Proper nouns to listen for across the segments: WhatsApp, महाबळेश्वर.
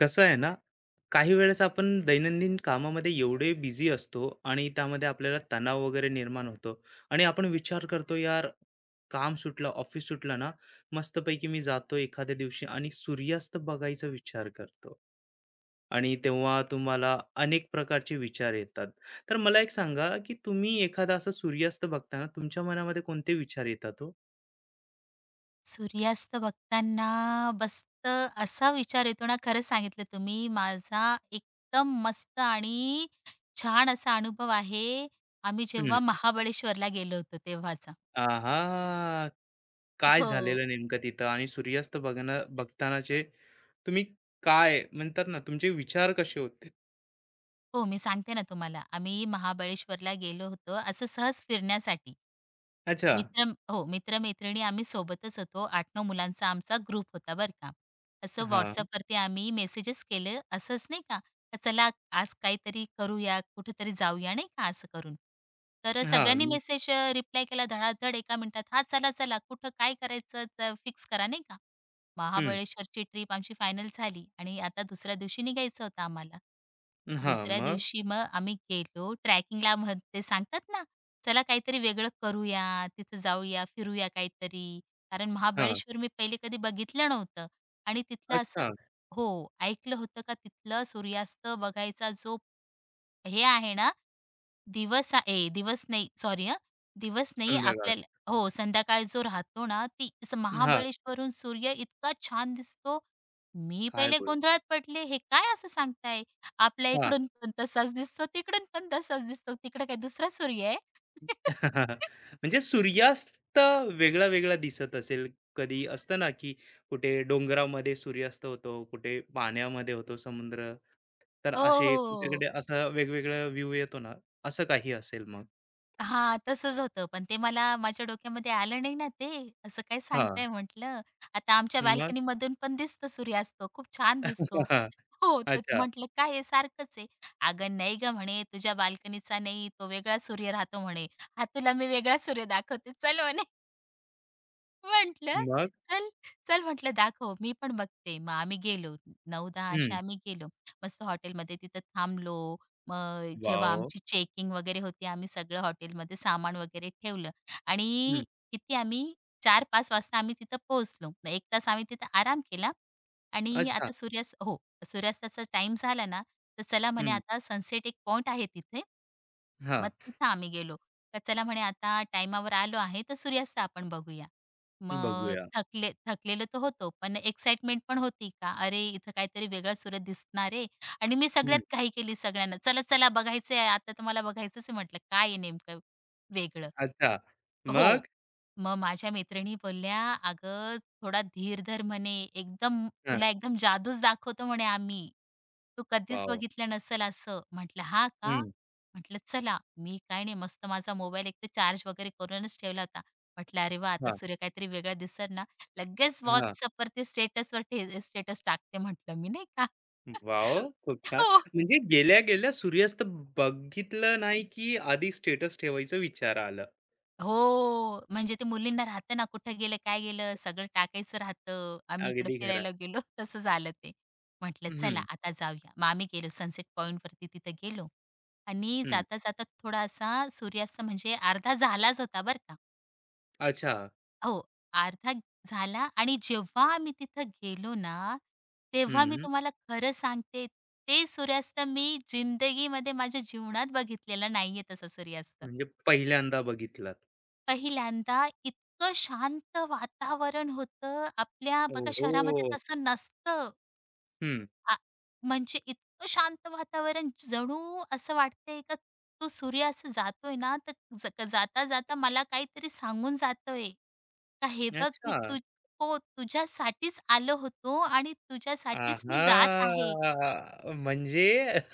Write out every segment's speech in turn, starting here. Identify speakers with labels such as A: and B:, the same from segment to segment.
A: कसं आहे ना, काही वेळेस आपण दैनंदिन कामामध्ये एवढे busy असतो आणि त्यामध्ये आपल्याला तणाव वगैरे निर्माण होतो आणि आपण विचार करतो, "यार, काम सुटलं, ऑफिस सुटलं ना, मस्तपैकी मी जातो एखाद्या दिवशी आणि सूर्यास्त बघायचा विचार करतो." आणि तेव्हा तुम्हाला अनेक प्रकारचे विचार येतात. तर मला एक सांगा, की तुम्ही एखादा असा सूर्यास्त बघताना तुमच्या मनामध्ये कोणते विचार येतात हो?
B: सूर्यास्त बघताना मस्त असा विचार येतो ना, खरंच सांगितलं तुम्ही. माझा एकदम मस्त आणि छान असा अनुभव आहे. आम्ही
A: हं.
B: जेव्हा महाबळेश्वरला गेलो होतो तेव्हाचा.
A: आहा! काय
B: हो.
A: झालेलं नेमकं तिथं आणि सूर्यास्त बघणं बघतानाचे तुम्ही काय म्हणतात ना, तुमचे विचार कसे होते?
B: हो, मी सांगते ना तुम्हाला. आम्ही महाबळेश्वरला गेलो होतो असं सहज फिरण्यासाठी.
A: अच्छा.
B: मित्र हो, मित्र-मैत्रिणी आम्ही सोबतच होतो. 8-9 मुलांचा आमचा ग्रुप होता बरं का. असं
A: हां,
B: WhatsAppवरती आम्ही मेसेजेस केले असंच नाही का, तर चला आज काहीतरी करूया, कुठेतरी जाऊया नाही का असं करून. तर सगळ्यांनी
A: हां.
B: मेसेज रिप्लाय केला धडाधड एका मिनिटात. हां, चला-चला कुठं काय करायचं फिक्स करा नाही का.
A: हं.
B: महाबळेश्वरची ट्रिप आमची फायनल झाली आणि आता दुसऱ्या दिवशी निघायचं होतं आम्हाला.
A: हां,
B: दुसऱ्या
A: मग?
B: दिवशी मग आम्ही गेलो ट्रॅकिंगला ते सांगतात ना, चला काहीतरी वेगळं करूया, तिथं जाऊया, फिरूया काहीतरी. कारण
A: हां.
B: महाबळेश्वर मी पहिले कधी बघितलं नव्हतं आणि तिथलं असं
A: अच्छा.
B: हो, ऐकलं होतं का तिथलं सूर्यास्त बघायचा जो हे आहे ना, दिवस आ ए दिवस नाही, सॉरी हं. दिवस नाही
A: संध्याकाळ.
B: आपल्याला हो, संध्याकाळ जो राहतो ना, ती असं
A: हां.
B: महाबळेश्वरहून सूर्य इतका छान दिसतो. मी
A: काय
B: पहिले
A: बोल
B: गोंधळात पडले, हे काय असं सांगताय? आपल्या
A: हां.
B: इकडून पण तसाच दिसतो, तिकडून पण तसाच दिसतो. तिकडे काय दुसरा सूर्य आहे?
A: म्हणजे सूर्यास्त वेगळा-वेगळा दिसत असेल. कधी असतं ना, की कुठे डोंगरामध्ये सूर्यास्त होतो, कुठे पाण्यामध्ये होतो समुद्र. तर
B: हो,
A: असे
B: हो.
A: कुठे-कुठे असा वेगवेगळा व्ह्यू येतो ना, असं काही असेल मग?
B: हां, तसंच होतं. पण ते मला माझ्या डोक्यामध्ये आलं नाही ना ते. असं काय
A: हां.
B: सांगताय म्हटलं. आता आमच्या बाल्कनीमधून पण दिसतो सूर्यास्त. खूप छान दिसतो. हो, तर
A: अच्छा.
B: म्हटलं काय आहे सारखंच आहे. "अगं नाही गं," म्हणे, "तुझ्या बाल्कनीचा नाही, तो वेगळा सूर्य राहतो," म्हणे. "हां, तुला मी वेगळा सूर्य दाखवते चल," म्हणे. म्हटलं,
A: मग?
B: "चल, चल," म्हटलं, "दाखव, मी पण बघते." मग आम्ही गेलो. 9-10 अशा
A: हं.
B: आम्ही गेलो. मस्त हॉटेलमध्ये तिथं थांबलो. मग जेव्हा
A: वॉव!
B: आमची चेकिंग वगैरे होती, आम्ही सगळं हॉटेलमध्ये सामान वगैरे ठेवलं
A: हं.
B: आणि किती आम्ही 4-5 वाजता आम्ही तिथं पोहोचलो. मग 1 तास आम्ही तिथं आराम केला आणि
A: अच्छा.
B: आता सूर्यास्त हो, सूर्यास्ताचा टाईम झाला ना, तर चला म्हणे
A: हं.
B: आता सनसेट एक पॉइंट आहे तिथे.
A: हां.
B: मग तिथं आम्ही गेलो. तर चला म्हणे आता टाईमावर आलो आहे, तर सूर्यास्त आपण बघूया. मग
A: बघूया.
B: थकलेलो तर होतो, पण एक्साइटमेंट पण होती का अरे, इथं काहीतरी वेगळा सूरत दिसणार आहे आणि मी
A: हं.
B: सगळ्यात घाई केली सगळ्यांना. चला, चला बघायचंय आता तर मला बघायचंच आहे म्हटलं काय आहे नेमकं वेगळं?
A: अच्छा.
B: हो.
A: मग?
B: मग माझ्या मैत्रिणी बोलल्या, "अगं, थोडा धीर धर म्हणे, एकदम
A: हां.
B: तुला एकदम जादूच दाखवतो म्हणे आम्ही. तू कधीच
A: वॉव!
B: बघितलं नसेल असं." म्हटलं, "हां का?"
A: हं.
B: म्हटलं, "चला." मी काय नाही मस्त माझा मोबाईल एकतर चार्ज वगैरे करूनच ठेवला होता. म्हटलं, "अरे वाह! आता
A: हां.
B: सूर्य काहीतरी वेगळा दिसेल ना." लगेच
A: हां.
B: WhatsAppवर ते स्टेटस टाकते म्हटलं मी, नाही का?
A: वॉव! खूप छान.
B: हो.
A: म्हणजे गेल्या-गेल्या सूर्यास्त बघितलं नाही, की आधी स्टेटस ठेवायचा विचार आला.
B: हो, म्हणजे ते मुलींना राहतं ना, कुठं गेलं, काय गेलं, सगळं टाकायचं राहतं. आम्ही इकडं
A: अगदी खरा.
B: फिरायला गेलो, तसं झालं ते. म्हटलं चला
A: हं,
B: आता जाऊया. मग आम्ही गेलो सनसेट पॉईंटवरती तिथं गेलो आणि
A: हं.
B: जाता-जाता थोडा असा सूर्यास्त म्हणजे अर्धा झालाच होता बरं का.
A: अच्छा.
B: हो, अर्धा झाला आणि जेव्हा आम्ही तिथं गेलो ना, तेव्हा मी
A: हं.
B: तुम्हाला खरं सांगते, ते सूर्यास्त मी जिंदगीमध्ये माझ्या जीवनात बघितलेला नाहीये तसा सूर्यास्त.
A: म्हणजे पहिल्यांदा बघितलात.
B: पहिल्यांदा इतकं शांत वातावरण होतं. आपल्या बघा
A: ओहो!
B: शहरामध्ये तसं नसतं.
A: हं.
B: आ म्हणजे इतकं शांत वातावरण जणू असं वाटतंय का तो सूर्य असं जातोय ना, तर जाता-जाता मला काहीतरी सांगून जातोय. का हे बघ
A: अच्छा.
B: मी तु हो, तुझ्यासाठीच आलो होतो आणि तुझ्यासाठीच मी जात आहे.
A: आहा! म्हणजे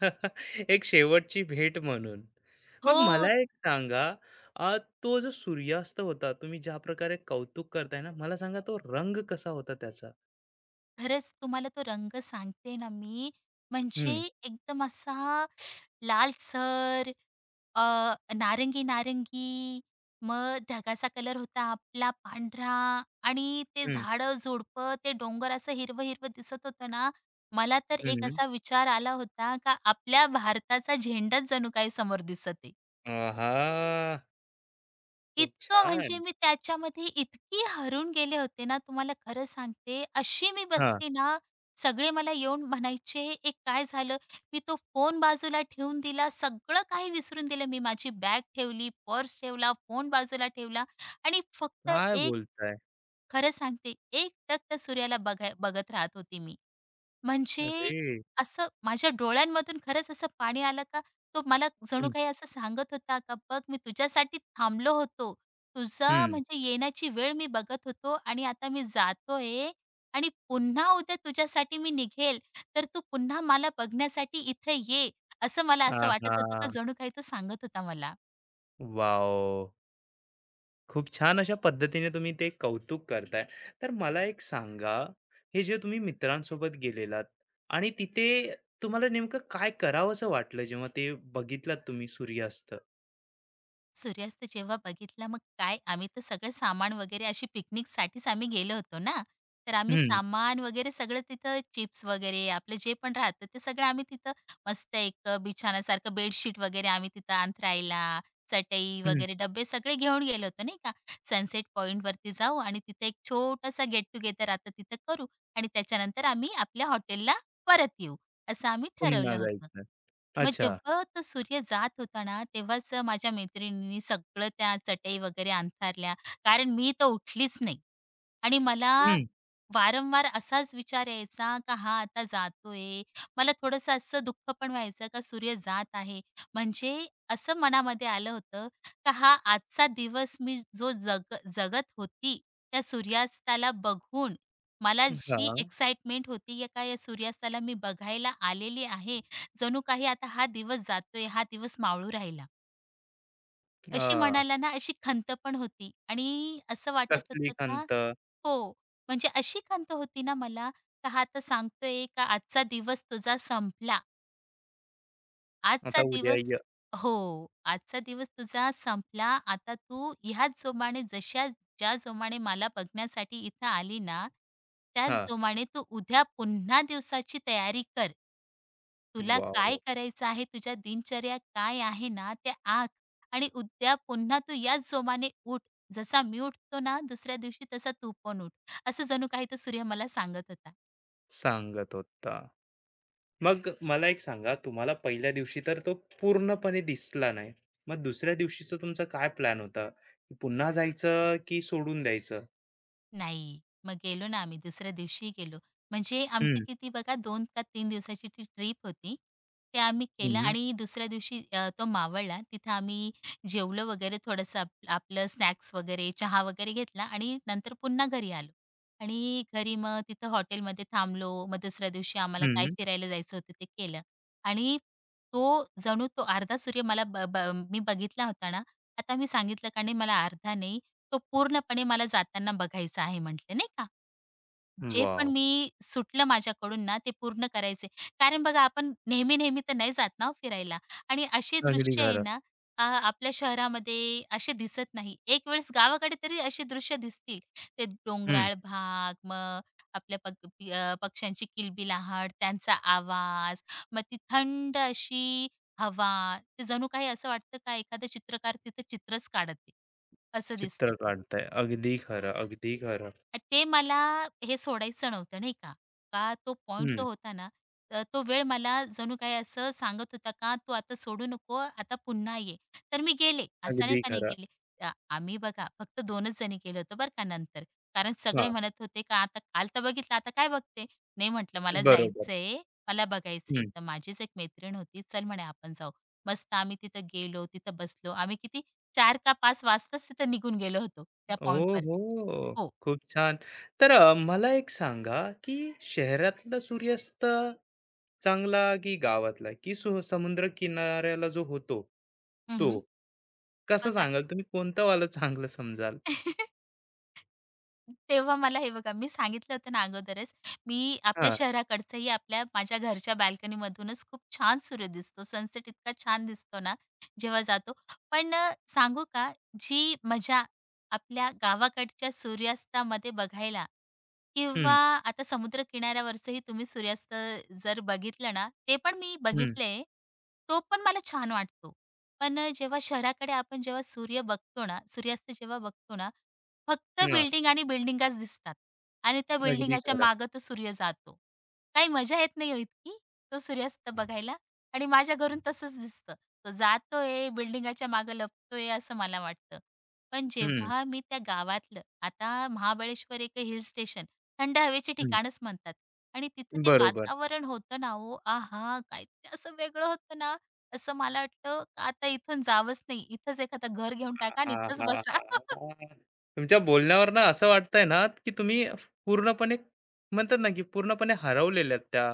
A: एक शेवटची भेट म्हणून. मग
B: हो,
A: मला एक सांगा, अ, तो जो सूर्यास्त होता, तुम्ही ज्या प्रकारे कौतुक करताय ना, मला सांगा तो रंग कसा होता त्याचा?
B: खरंच तुम्हाला तो रंग सांगते ना मी, म्हणजे
A: हं,
B: एकदम असा लालसर, अ, नारंगी-नारंगी, मग ढगाचा कलर होता आपला पांढरा आणि ते
A: हं,
B: झाडं-झुडपं, ते डोंगर असं हिरवं-हिरवं दिसत होतं ना, मला तर एक
A: हं.
B: असा विचार आला होता का आपल्या भारताचा झेंडाच जणू काही समोर दिसत आहे.
A: आहा! खूप
B: इतकं म्हणजे
A: छान.
B: मी त्याच्यामध्ये इतकी हरून गेले होते ना, तुम्हाला खरं सांगते. अशी मी
A: हां.
B: बसली ना, सगळे मला येऊन म्हणायचे, एक काय झालं?" मी तो फोन बाजूला ठेवून दिला. सगळं काही विसरून दिलं मी. माझी बॅग ठेवली, पर्स ठेवला, फोन बाजूला ठेवला आणि फक्त
A: काय
B: एक
A: बोलताय?
B: खरं सांगते, एक टक सूर्याला बघत राहत होती मी. म्हणजे
A: अरे!
B: असं माझ्या डोळ्यांमधून खरंच असं पाणी आलं का तो मला जणू
A: हं,
B: काही असं सांगत होता का बघ मी तुझ्यासाठी थांबलो होतो. तुझं
A: हं.
B: म्हणजे येण्याची वेळ मी बघत होतो आणि आता मी जातोय आणि पुन्हा उद्या तुझ्यासाठी मी निघेल. तर तू पुन्हा मला बघण्यासाठी इथे ये. असं मला असं वाटत होतं का
A: आहा!
B: जणू काही तो सांगत होता मला.
A: वॉव! खूप छान अशा पद्धतीने तुम्ही ते कौतुक करताय. तर मला एक सांगा, हे जे तुम्ही मित्रांसोबत गेलेलात आणि तिथे तुम्हाला नेमकं काय करावसं वाटलं जेव्हा ते बघितलात तुम्ही सूर्यास्त?
B: सूर्यास्त जेव्हा बघितला मग काय आम्ही तर सगळं सामान वगैरे अशी पिकनिकसाठीच आम्ही गेलो होतो ना. तर आम्ही
A: हं,
B: सामान वगैरे सगळं तिथं चिप्स वगैरे आपलं जे पण राहतं ते सगळं आम्ही तिथं मस्त एक बिछाण्यासारखं बेडशीट वगैरे आम्ही तिथं अंथरायला, चटई
A: हं.
B: वगैरे डब्बे सगळे घेऊन गेलो होतो नाही का. सनसेट पॉईंटवरती जाऊ आणि तिथे एक छोटासा गेट टुगेदर आता तिथं करू आणि त्याच्यानंतर आम्ही आपल्या हॉटेलला परत येऊ. असं आम्ही
A: पुन्हा
B: ठरवलं होतं.
A: जायचं.
B: मग
A: अच्छा.
B: जेव्हा तो सूर्य जात होता ना, तेव्हाच माझ्या मैत्रिणींनी सगळं त्या चटई वगैरे अंथरल्या. कारण मी तर उठलीच नाही. आणि मला
A: हं.
B: वारंवार असाच विचार यायचा का हा आता जातोय. मला थोडंसं असं दुःख पण व्हायचं का सूर्य जात आहे. म्हणजे असं मनामध्ये आलं होतं का हा आजचा दिवस मी जो जग जगत होती, त्या सूर्यास्ताला बघून मला जी
A: हां.
B: एक्साइटमेंट होती या का या सूर्यास्ताला मी बघायला आलेली आहे. जणू काही आता हा दिवस जातोय, हा दिवस मावळू राहिला. अशी
A: हां.
B: मनाला ना अशी खंत पण होती आणि असं वाटत
A: कसली
B: होतं का
A: खंत?
B: हो, म्हणजे अशी खंत होती ना मला, का हा तर सांगतोय का आजचा दिवस तुझा संपला. आजचा
A: आता उद्या
B: दिवस
A: य
B: हो, आजचा दिवस तुझा संपला. आता तू ह्याच जोमाने ज्या जोमाने मला बघण्यासाठी इथं आली ना, त्याच
A: हां.
B: जोमाने तू उद्या पुन्हा दिवसाची तयारी कर. तुला
A: वॉव!
B: काय करायचं आहे, तुझ्या दिनचर्या काय आहे ना, ते आख आणि उद्या पुन्हा तू याच जोमाने उठ. जसा मी उठतो ना, दुसऱ्या दिवशी तसा तू पण उठ. असं जणू काही तो सूर्य मला सांगत होता.
A: सांगत होता. मग मला एक सांगा, तुम्हाला पहिल्या दिवशी तर तो पूर्णपणे दिसला नाही. मग दुसऱ्या दिवशीचा तुमचा काय प्लॅन होता? पुन्हा जायचं की सोडून द्यायचं?
B: नाही. मग गेलो ना आम्ही दुसऱ्या दिवशी गेलो. म्हणजे आमची
A: हं,
B: किती बघा 2 का 3 दिवसाची ती ट्रीप होती. ते आम्ही केलं
A: हं,
B: आणि दुसऱ्या दिवशी तो मावळला. तिथं आम्ही जेवलो वगैरे थोडंसं आपलं स्नॅक्स वगैरे, चहा वगैरे घेतला आणि नंतर पुन्हा घरी आलो. आणि घरी मग तिथं हॉटेलमध्ये थांबलो. मग दुसऱ्या दिवशी आम्हाला काय
A: हं.
B: फिरायला जायचं होतं ते केलं. आणि तो जणू तो अर्धा सूर्य मला ब ब मी बघितला होता ना, आता मी सांगितलं का नाही मला अर्धा नाही, तो पूर्णपणे मला जाताना बघायचा आहे म्हटलं नाही का. जे पण
A: वॉव!
B: मी सुटलं माझ्याकडून ना ते पूर्ण करायचे. कारण बघा आपण नेहमी-नेहमी तर नाही जात ना हो फिरायला आणि अशी
A: अगदी
B: दृश्य आहे
A: खरं.
B: ना आपल्या शहरामध्ये असे दिसत नाही. एक वेळेस गावाकडे तरी अशी दृश्य दिसतील. ते
A: हं.
B: डोंगराळ भाग, मग आपल्या पक्ष्यांची किलबिलाहट, त्यांचा आवाज, मग ती थंड अशी हवा, ते जणू काही असं वाटतं का एखादा चित्रकार तिथं चित्रच काढत असं दिसतं
A: चित्र
B: ते.
A: काढताय. अगदी खरं, अगदी खरं.
B: ते मला हे सोडायचं नव्हतं नाही का. का तो पॉइंट
A: हं.
B: जो होता ना, तो वेळ मला जणू काही असं सांगत होता का, "तू आता सोडू नको, आता पुन्हा ये." तर मी गेले. असं नाही
A: अगदी
B: का नाही
A: खरं.
B: गेले. अ, आम्ही बघा फक्त 2च जणी गेलो होतो बरं का नंतर. कारण
A: हां,
B: सगळे म्हणत होते का, "आता काल तर बघितलं, आता काय बघते?" नाही म्हटलं, "मला
A: बरोबर.
B: जायचंय, मला बघायचंय." तर माझीच एक मैत्रीण होती, "चल," म्हणे, "आपण जाऊ." मस्त आम्ही तिथं गेलो, तिथं बसलो. आम्ही किती 4 का 5 वाजताच तिथं निघून गेलो होतो त्या
A: ओहो!
B: पॉइंटवरती. हो.
A: खूप छान. तर मला एक सांगा, की शहरातला सूर्यास्त चांगला की गावातला? की समुद्र किनाऱ्याला जो होतो, तो?
B: हं,
A: कसं
B: बघा
A: सांगाल तुम्ही कोणतं वालं चांगलं समजाल?
B: तेव्हा मला हे बघा, मी सांगितलं होतं ना अगोदरच, मी आपल्या
A: हां.
B: शहराकडचंही आपल्या माझ्या घरच्या बाल्कनीमधूनच खूप छान सूर्य दिसतो. सनसेट इतका छान दिसतो ना, जेव्हा जातो. पण सांगू का, जी मजा आपल्या गावाकडच्या सूर्यास्तामध्ये बघायला किंवा
A: हं,
B: आता समुद्र किनाऱ्यावरचंही तुम्ही सूर्यास्त जर बघितलं ना, ते पण मी
A: हं.
B: बघितलंय. तो पण मला छान वाटतो. पण जेव्हा शहराकडे आपण जेव्हा सूर्य बघतो ना, सूर्यास्त जेव्हा बघतो ना, फक्त
A: हां.
B: बिल्डिंग आणि बिल्डिंगाच दिसतात आणि त्या
A: अगदी
B: बिल्डिंगाच्या
A: खरं.
B: मागं तो सूर्य जातो. काही मजा येत नाही हो इतकी, तो सूर्यास्त बघायला आणि माझ्या घरून तसंच दिसतं. तो जातोय, बिल्डिंगाच्या मागं लपतोय असं मला वाटतं. पण
A: हं,
B: जेव्हा मी त्या गावातलं आता महाबळेश्वर एक हिल स्टेशन थंड हवेची
A: हं.
B: ठिकाणच म्हणतात आणि तिथं ते
A: बरोबर.
B: वातावरण होतं ना हो, आहा! काय ते असं वेगळं होतं ना, असं मला वाटलं का आता इथून जावंच नाही. इथंच एखादं घर घेऊन टाका आणि
A: हां,
B: इथंच
A: हां,
B: बसा.
A: हां. तुमच्या बोलण्यावरून असं वाटतंय ना, की तुम्ही पूर्णपणे म्हणतात ना, की पूर्णपणे हरवलेल्यात त्या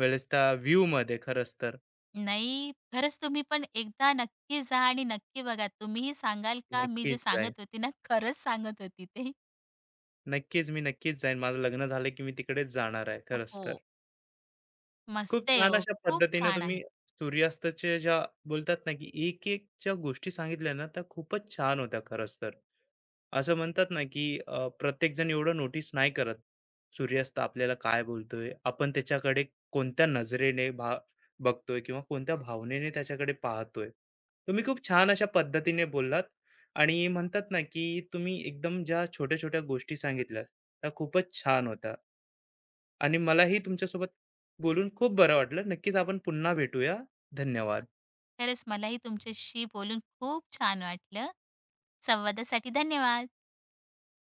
A: वेळेस त्या व्ह्यूमध्ये खरंच तर.
B: नाही, खरंच तुम्ही पण एकदा नक्की जा आणि नक्की बघा. तुम्हीही सांगाल का मी जे
A: नक्कीच जाईन.
B: सांगत होती ना, खरंच सांगत होती ते.
A: नक्कीच, मी नक्कीच जाईन. माझं लग्न झालं की मी तिकडेच जाणार आहे खरंच तर.
B: हो,
A: खूप
B: मस्त आहे
A: छान
B: हो.
A: अशा
B: खूप
A: पद्धतीनं
B: छान आहे.
A: तुम्ही सूर्यास्ताच्या ज्या बोलतात ना, की एक-एक ज्या गोष्टी सांगितल्या ना, त्या खूपच छान होत्या खरंच तर. असं म्हणतात ना की प्रत्येकजण एवढं नोटीस नाही करत. सूर्यास्त आपल्याला काय बोलतोय, आपण त्याच्याकडे कोणत्या नजरेने बघतोय किंवा कोणत्या भावनेने त्याच्याकडे पाहतोय. तुम्ही खूप छान अशा पद्धतीने बोललात आणि म्हणतात ना की तुम्ही एकदम ज्या छोट्या-छोट्या गोष्टी सांगितल्या, त्या खूपच छान होत्या. आणि मलाही तुमच्यासोबत बोलून खूप बरं वाटलं. नक्कीच आपण पुन्हा भेटूया. धन्यवाद.
B: खरंच मलाही तुमच्याशी बोलून खूप छान वाटलं. संवादासाठी धन्यवाद.